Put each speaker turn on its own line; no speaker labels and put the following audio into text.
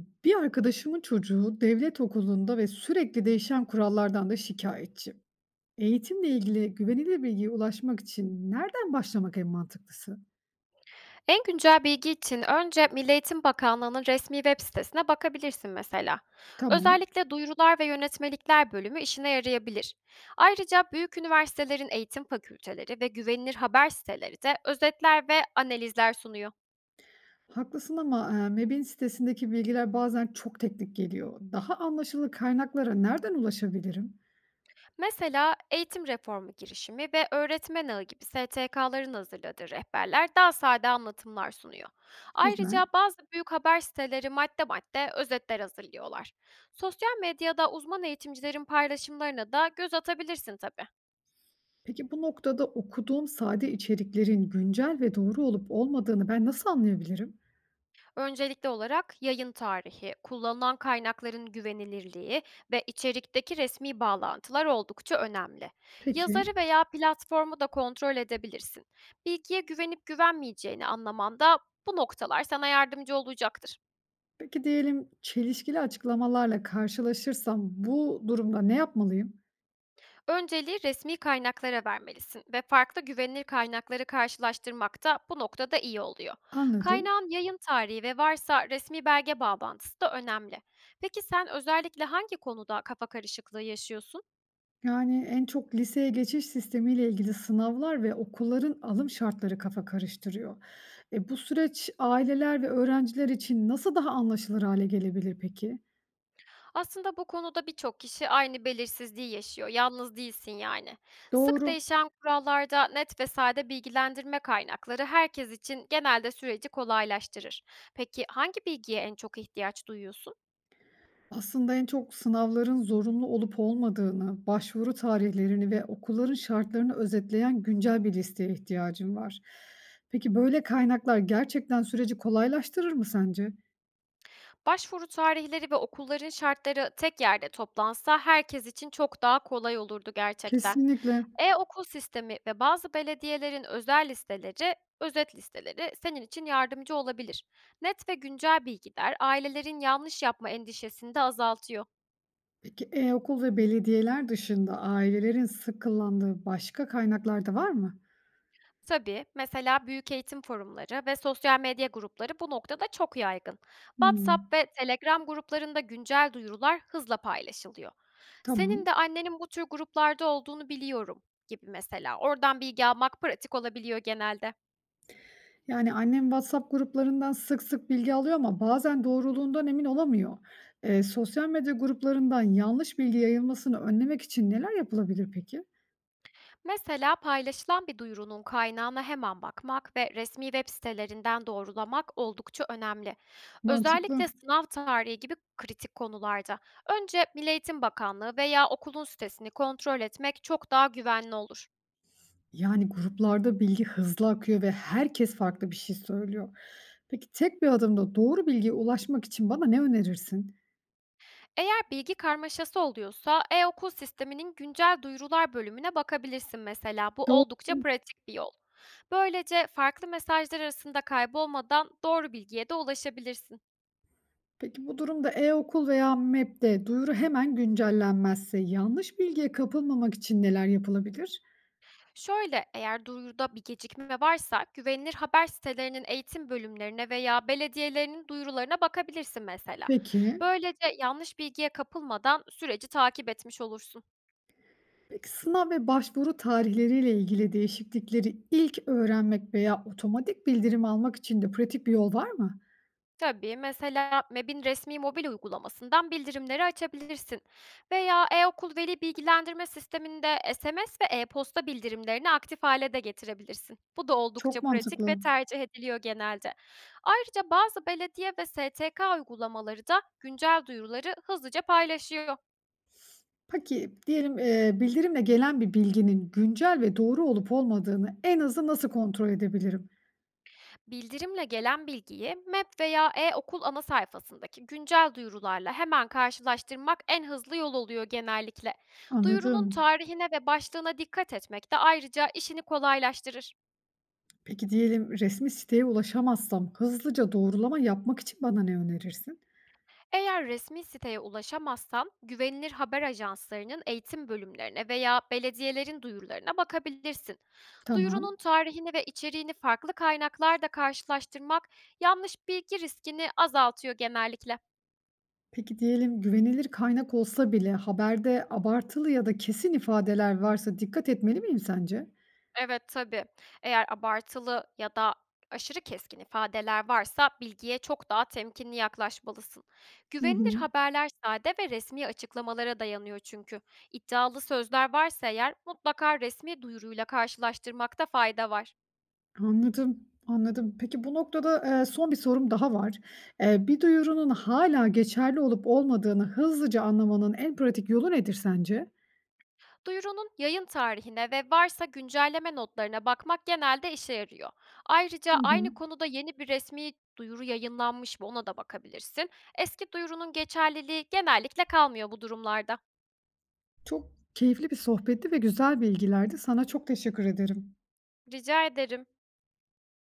Bir arkadaşımın çocuğu devlet okulunda ve sürekli değişen kurallardan da şikayetçi. Eğitimle ilgili güvenilir bilgiye ulaşmak için nereden başlamak en mantıklısı?
En güncel bilgi için önce Milli Eğitim Bakanlığı'nın resmi web sitesine bakabilirsin mesela.
Tamam,
Özellikle duyurular ve yönetmelikler bölümü işine yarayabilir. Ayrıca büyük üniversitelerin eğitim fakülteleri ve güvenilir haber siteleri de özetler ve analizler sunuyor.
haklısın ama MEB'in sitesindeki bilgiler bazen çok teknik geliyor. Daha anlaşılır kaynaklara nereden ulaşabilirim?
Mesela eğitim reformu girişimi ve öğretmen ağı gibi STK'ların hazırladığı rehberler daha sade anlatımlar sunuyor.
Güzel.
Ayrıca bazı büyük haber siteleri madde madde özetler hazırlıyorlar. Sosyal medyada uzman eğitimcilerin paylaşımlarına da göz atabilirsin tabii.
Peki bu noktada okuduğum sade içeriklerin güncel ve doğru olup olmadığını ben nasıl anlayabilirim?
Öncelikli olarak yayın tarihi, kullanılan kaynakların güvenilirliği ve içerikteki resmi bağlantılar oldukça önemli.
Peki,
Yazarı veya platformu da kontrol edebilirsin. Bilgiye güvenip güvenmeyeceğini anlamanda bu noktalar sana yardımcı olacaktır.
peki, diyelim çelişkili açıklamalarla karşılaşırsam bu durumda ne yapmalıyım?
Önceliği resmi kaynaklara vermelisin ve farklı güvenilir kaynakları karşılaştırmak da bu noktada iyi oluyor.
Anladım.
Kaynağın yayın tarihi ve varsa resmi belge bağlantısı da önemli. Peki sen özellikle hangi konuda kafa karışıklığı yaşıyorsun?
Yani en çok liseye geçiş sistemiyle ilgili sınavlar ve okulların alım şartları kafa karıştırıyor. E, bu süreç aileler ve öğrenciler için nasıl daha anlaşılır hale gelebilir peki?
Aslında bu konuda birçok kişi aynı belirsizliği yaşıyor. Yalnız değilsin yani. Sık
Doğru.
değişen kurallarda net ve sade bilgilendirme kaynakları herkes için genelde süreci kolaylaştırır. Peki hangi bilgiye en çok ihtiyaç duyuyorsun?
Aslında en çok sınavların zorunlu olup olmadığını, başvuru tarihlerini ve okulların şartlarını özetleyen güncel bir listeye ihtiyacım var. Peki böyle kaynaklar gerçekten süreci kolaylaştırır mı sence?
Başvuru tarihleri ve okulların şartları tek yerde toplansa herkes için çok daha kolay olurdu gerçekten.
Kesinlikle.
E-okul sistemi ve bazı belediyelerin özel listeleri, özet listeleri senin için yardımcı olabilir. Net ve güncel bilgiler ailelerin yanlış yapma endişesini de azaltıyor.
Peki, okul ve belediyeler dışında ailelerin sık kullandığı başka kaynaklar da var mı?
Tabii, mesela büyükeğitim forumları ve sosyal medya grupları bu noktada çok yaygın.
Hımm,
WhatsApp ve Telegram gruplarında güncel duyurular hızla paylaşılıyor.
tamam.
Senin de annenin bu tür gruplarda olduğunu biliyorum gibi mesela. Oradan bilgi almak pratik olabiliyor genelde.
Yani annem WhatsApp gruplarından sık sık bilgi alıyor ama bazen doğruluğundan emin olamıyor. Sosyal medya gruplarından yanlış bilgi yayılmasını önlemek için neler yapılabilir peki?
Mesela paylaşılan bir duyurunun kaynağına hemen bakmak ve resmi web sitelerinden doğrulamak oldukça önemli.
Mantıklı.
Özellikle sınav tarihi gibi kritik konularda. Önce Milli Eğitim Bakanlığı veya okulun sitesini kontrol etmek çok daha güvenli olur.
Yani gruplarda bilgi hızlı akıyor ve herkes farklı bir şey söylüyor. Peki tek bir adımda doğru bilgiye ulaşmak için bana ne önerirsin?
Eğer bilgi karmaşası oluyorsa e-okul sisteminin güncel duyurular bölümüne bakabilirsin mesela. Bu oldukça pratik bir yol. Böylece farklı mesajlar arasında kaybolmadan doğru bilgiye de ulaşabilirsin.
Peki bu durumda e-okul veya MEB'de duyuru hemen güncellenmezse yanlış bilgiye kapılmamak için neler yapılabilir?
Şöyle, eğer duyuruda bir gecikme varsa güvenilir haber sitelerinin eğitim bölümlerine veya belediyelerinin duyurularına bakabilirsin mesela.
Peki,
Böylece yanlış bilgiye kapılmadan süreci takip etmiş olursun.
peki, sınav ve başvuru tarihleriyle ilgili değişiklikleri ilk öğrenmek veya otomatik bildirim almak için de pratik bir yol var mı?
Tabii, mesela MEB'in resmi mobil uygulamasından bildirimleri açabilirsin veya e-okul veli bilgilendirme sisteminde SMS ve e-posta bildirimlerini aktif hale de getirebilirsin. Bu da oldukça
Çok
pratik ve
mantıklı.
tercih ediliyor genelde. Ayrıca bazı belediye ve STK uygulamaları da güncel duyuruları hızlıca paylaşıyor.
Peki diyelim bildirimle gelen bir bilginin güncel ve doğru olup olmadığını en azı nasıl kontrol edebilirim?
Bildirimle gelen bilgiyi map veya e-okul ana sayfasındaki güncel duyurularla hemen karşılaştırmak en hızlı yol oluyor genellikle. Duyurunun
Anladım.
tarihine ve başlığına dikkat etmek de ayrıca işini kolaylaştırır.
Peki diyelim resmi siteye ulaşamazsam hızlıca doğrulama yapmak için bana ne önerirsin?
Eğer resmi siteye ulaşamazsan, güvenilir haber ajanslarının eğitim bölümlerine veya belediyelerin duyurularına bakabilirsin.
Tamam.
Duyurunun tarihini ve içeriğini farklı kaynaklarda karşılaştırmak yanlış bilgi riskini azaltıyor genellikle.
Peki diyelim güvenilir kaynak olsa bile haberde abartılı ya da kesin ifadeler varsa dikkat etmeli miyim sence?
Evet, tabii. Eğer abartılı ya da aşırı keskin ifadeler varsa bilgiye çok daha temkinli yaklaşmalısın.
Hı
Güvenilir
hı.
haberler sade ve resmi açıklamalara dayanıyor çünkü. İddialı sözler varsa eğer mutlaka resmi duyuruyla karşılaştırmakta fayda var.
Anladım, anladım. Peki bu noktada, son bir sorum daha var. Bir duyurunun hala geçerli olup olmadığını hızlıca anlamanın en pratik yolu nedir sence?
Duyurunun yayın tarihine ve varsa güncelleme notlarına bakmak genelde işe yarıyor. Ayrıca
Hı
aynı
hı.
konuda yeni bir resmi duyuru yayınlanmış mı ona da bakabilirsin. Eski duyurunun geçerliliği genellikle kalmıyor bu durumlarda.
Çok keyifli bir sohbetti ve güzel bilgilerdi. Sana çok teşekkür ederim.
Rica ederim.